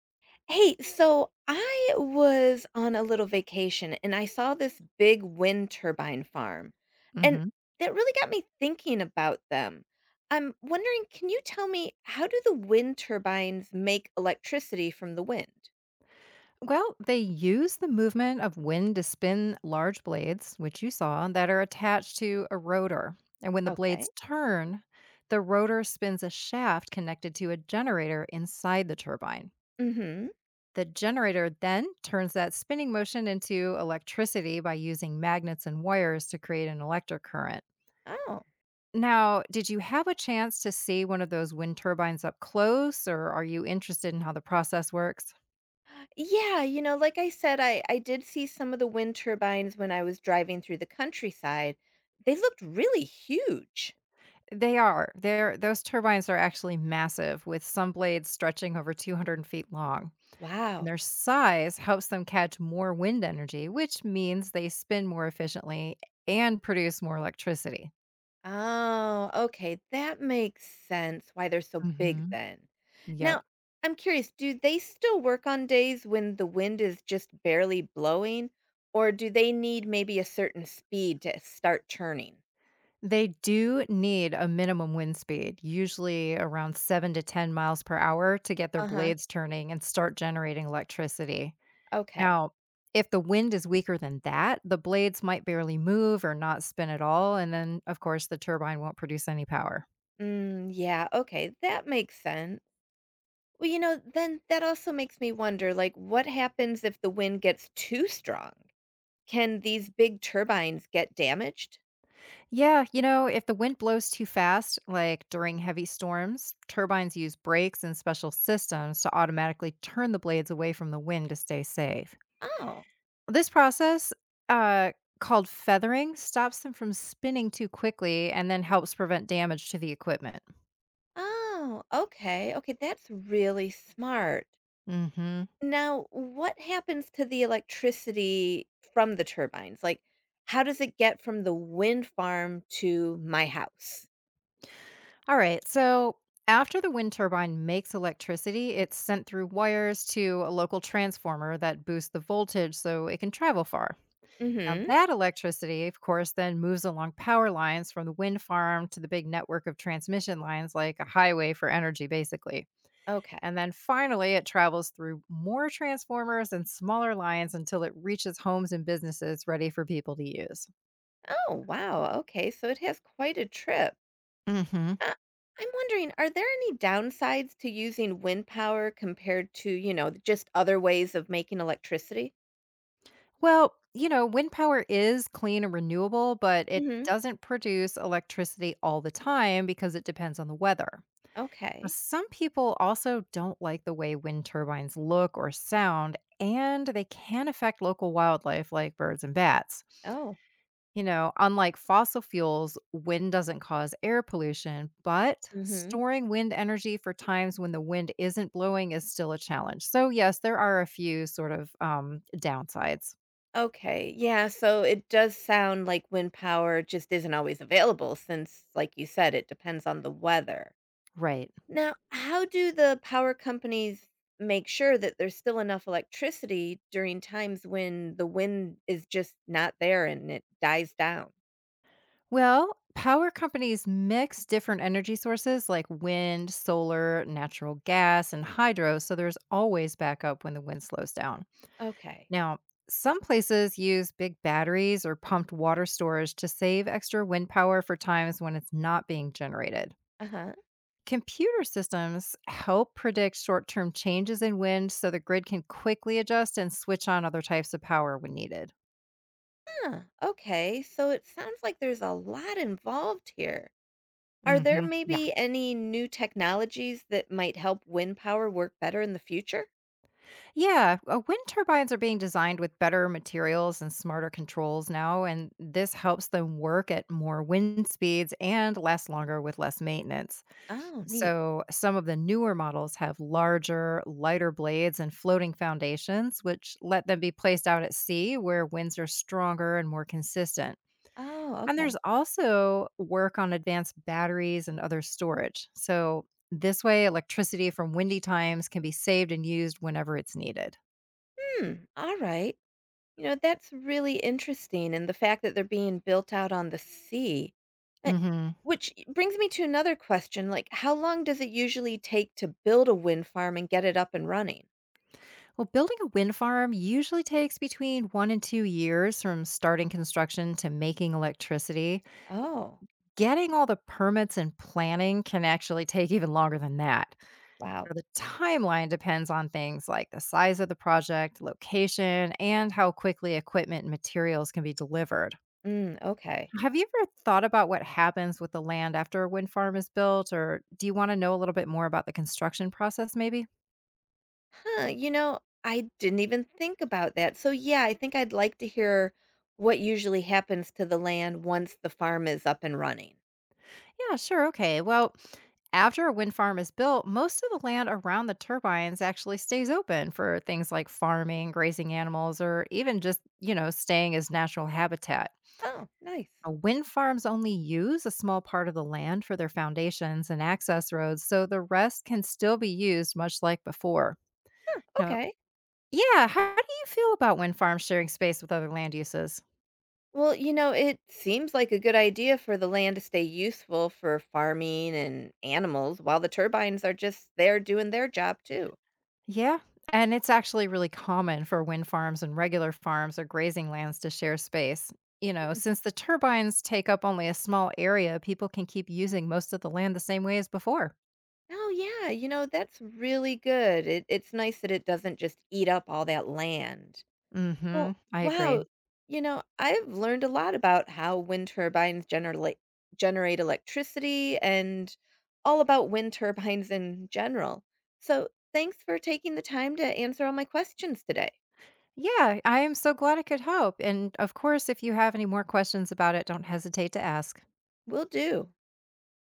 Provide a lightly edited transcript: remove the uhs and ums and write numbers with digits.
Hey, so I was on a little vacation and I saw this big wind turbine farm, and Mhm. that really got me thinking about them. I'm wondering, can you tell me how do the wind turbines make electricity from the wind? Well, they use the movement of wind to spin large blades, which you saw, that are attached to a rotor. And when the Okay. blades turn, the rotor spins a shaft connected to a generator inside the turbine. Mm-hmm. The generator then turns that spinning motion into electricity by using magnets and wires to create an electric current. Oh. Now, did you have a chance to see one of those wind turbines up close, or are you interested in how the process works? Yeah, like I said, I did see some of the wind turbines when I was driving through the countryside. They looked really huge. They are. They're those turbines are actually massive, with some blades stretching over 200 feet long. And Wow. their size helps them catch more wind energy, which means they spin more efficiently and produce more electricity. Oh, okay. That makes sense why they're so big Hmm. then. Yep. Now, I'm curious, do they still work on days when the wind is just barely blowing, or do they need maybe a certain speed to start turning? They do need a minimum wind speed, usually around 7 to 10 miles per hour, to get their Uh-huh. blades turning and start generating electricity. Okay. Now, if the wind is weaker than that, the blades might barely move or not spin at all, and then, of course, the turbine won't produce any power. Mm, yeah, okay. That makes sense. Well, then that also makes me wonder, like, what happens if the wind gets too strong? Can these big turbines get damaged? Yeah, you know, if the wind blows too fast, like during heavy storms, turbines use brakes and special systems to automatically turn the blades away from the wind to stay safe. Oh, This process, uh, called feathering, stops them from spinning too quickly and then helps prevent damage to the equipment. oh, okay. Okay, that's really smart. Hmm. Now, what happens to the electricity from the turbines? Like, how does it get from the wind farm to my house? All right. So after the wind turbine makes electricity, it's sent through wires to a local transformer that boosts the voltage so it can travel far. Mm Now, hmm. that electricity, of course, then moves along power lines from the wind farm to the big network of transmission lines, like a highway for energy, basically. And Okay. then finally, it travels through more transformers and smaller lines until it reaches homes and businesses ready for people to use. Oh, wow. Okay. So it has quite a trip. Hmm. Uh, I'm wondering, are there any downsides to using wind power compared to, just other ways of making electricity? Well, you know, wind power is clean and renewable, but it Mhm. doesn't produce electricity all the time because it depends on the weather. Now, Okay. some people also don't like the way wind turbines look or sound, and they can affect local wildlife like birds and bats. Oh. You know, unlike fossil fuels, wind doesn't cause air pollution, but Mhm. storing wind energy for times when the wind isn't blowing is still a challenge. So, yes, there are a few sort of downsides. Okay. Yeah, so it does sound like wind power just isn't always available since like you said it depends on the weather. Right. Now, how do the power companies make sure that there's still enough electricity during times when the wind is just not there and it dies down? Well, power companies mix different energy sources like wind, solar, natural gas, and hydro, so there's always backup when the wind slows down. Okay. Now, some places use big batteries or pumped water storage to save extra wind power for times when it's not being generated. Uh-huh. Computer systems help predict short term changes in wind so the grid can quickly adjust and switch on other types of power when needed. Huh, okay, so it sounds like there's a lot involved here. Are there Hmm. maybe any new technologies that might help wind power work better in the future? Yeah, wind turbines are being designed with better materials and smarter controls now, and this helps them work at more wind speeds and last longer with less maintenance. Oh, neat. So, some of the newer models have larger, lighter blades and floating foundations, which let them be placed out at sea where winds are stronger and more consistent. Oh, And there's okay. also work on advanced batteries and other storage. So, this way, electricity from windy times can be saved and used whenever it's needed. Hmm, all right. You know, that's really interesting, and the fact that they're being built out on the sea. Uh, Hmm. Which brings me to another question, like how long does it usually take to build a wind farm and get it up and running? Well, building a wind farm usually takes between 1 and 2 years from starting construction to making electricity. Oh, Getting all the permits and planning can actually take even longer than that. wow. So the timeline depends on things like the size of the project, location, and how quickly equipment and materials can be delivered. Mm, okay. Have you ever thought about what happens with the land after a wind farm is built, or do you want to know a little bit more about the construction process, maybe? Huh, you know, I didn't even think about that. So yeah, I think I'd like to hear what usually happens to the land once the farm is up and running. Yeah, sure. Okay. Well, after a wind farm is built, most of the land around the turbines actually stays open for things like farming, grazing animals, or even just, you know, staying as natural habitat. Oh, nice. Wind farms only use a small part of the land for their foundations and access roads, so the rest can still be used much like before. Now, Okay. yeah, how do you feel about wind farms sharing space with other land uses? Well, it seems like a good idea for the land to stay useful for farming and animals while the turbines are just there doing their job too. Yeah, and it's actually really common for wind farms and regular farms or grazing lands to share space. You know, Mm. since the turbines take up only a small area, people can keep using most of the land the same way as before. Oh yeah, that's really good. It's nice that it doesn't just eat up all that land. Well, Mhm. I agree. wow. You know, I've learned a lot about how wind turbines generally generate electricity and all about wind turbines in general. So, thanks for taking the time to answer all my questions today. Yeah, I am so glad I could help. And of course, if you have any more questions about it, don't hesitate to ask. Will do.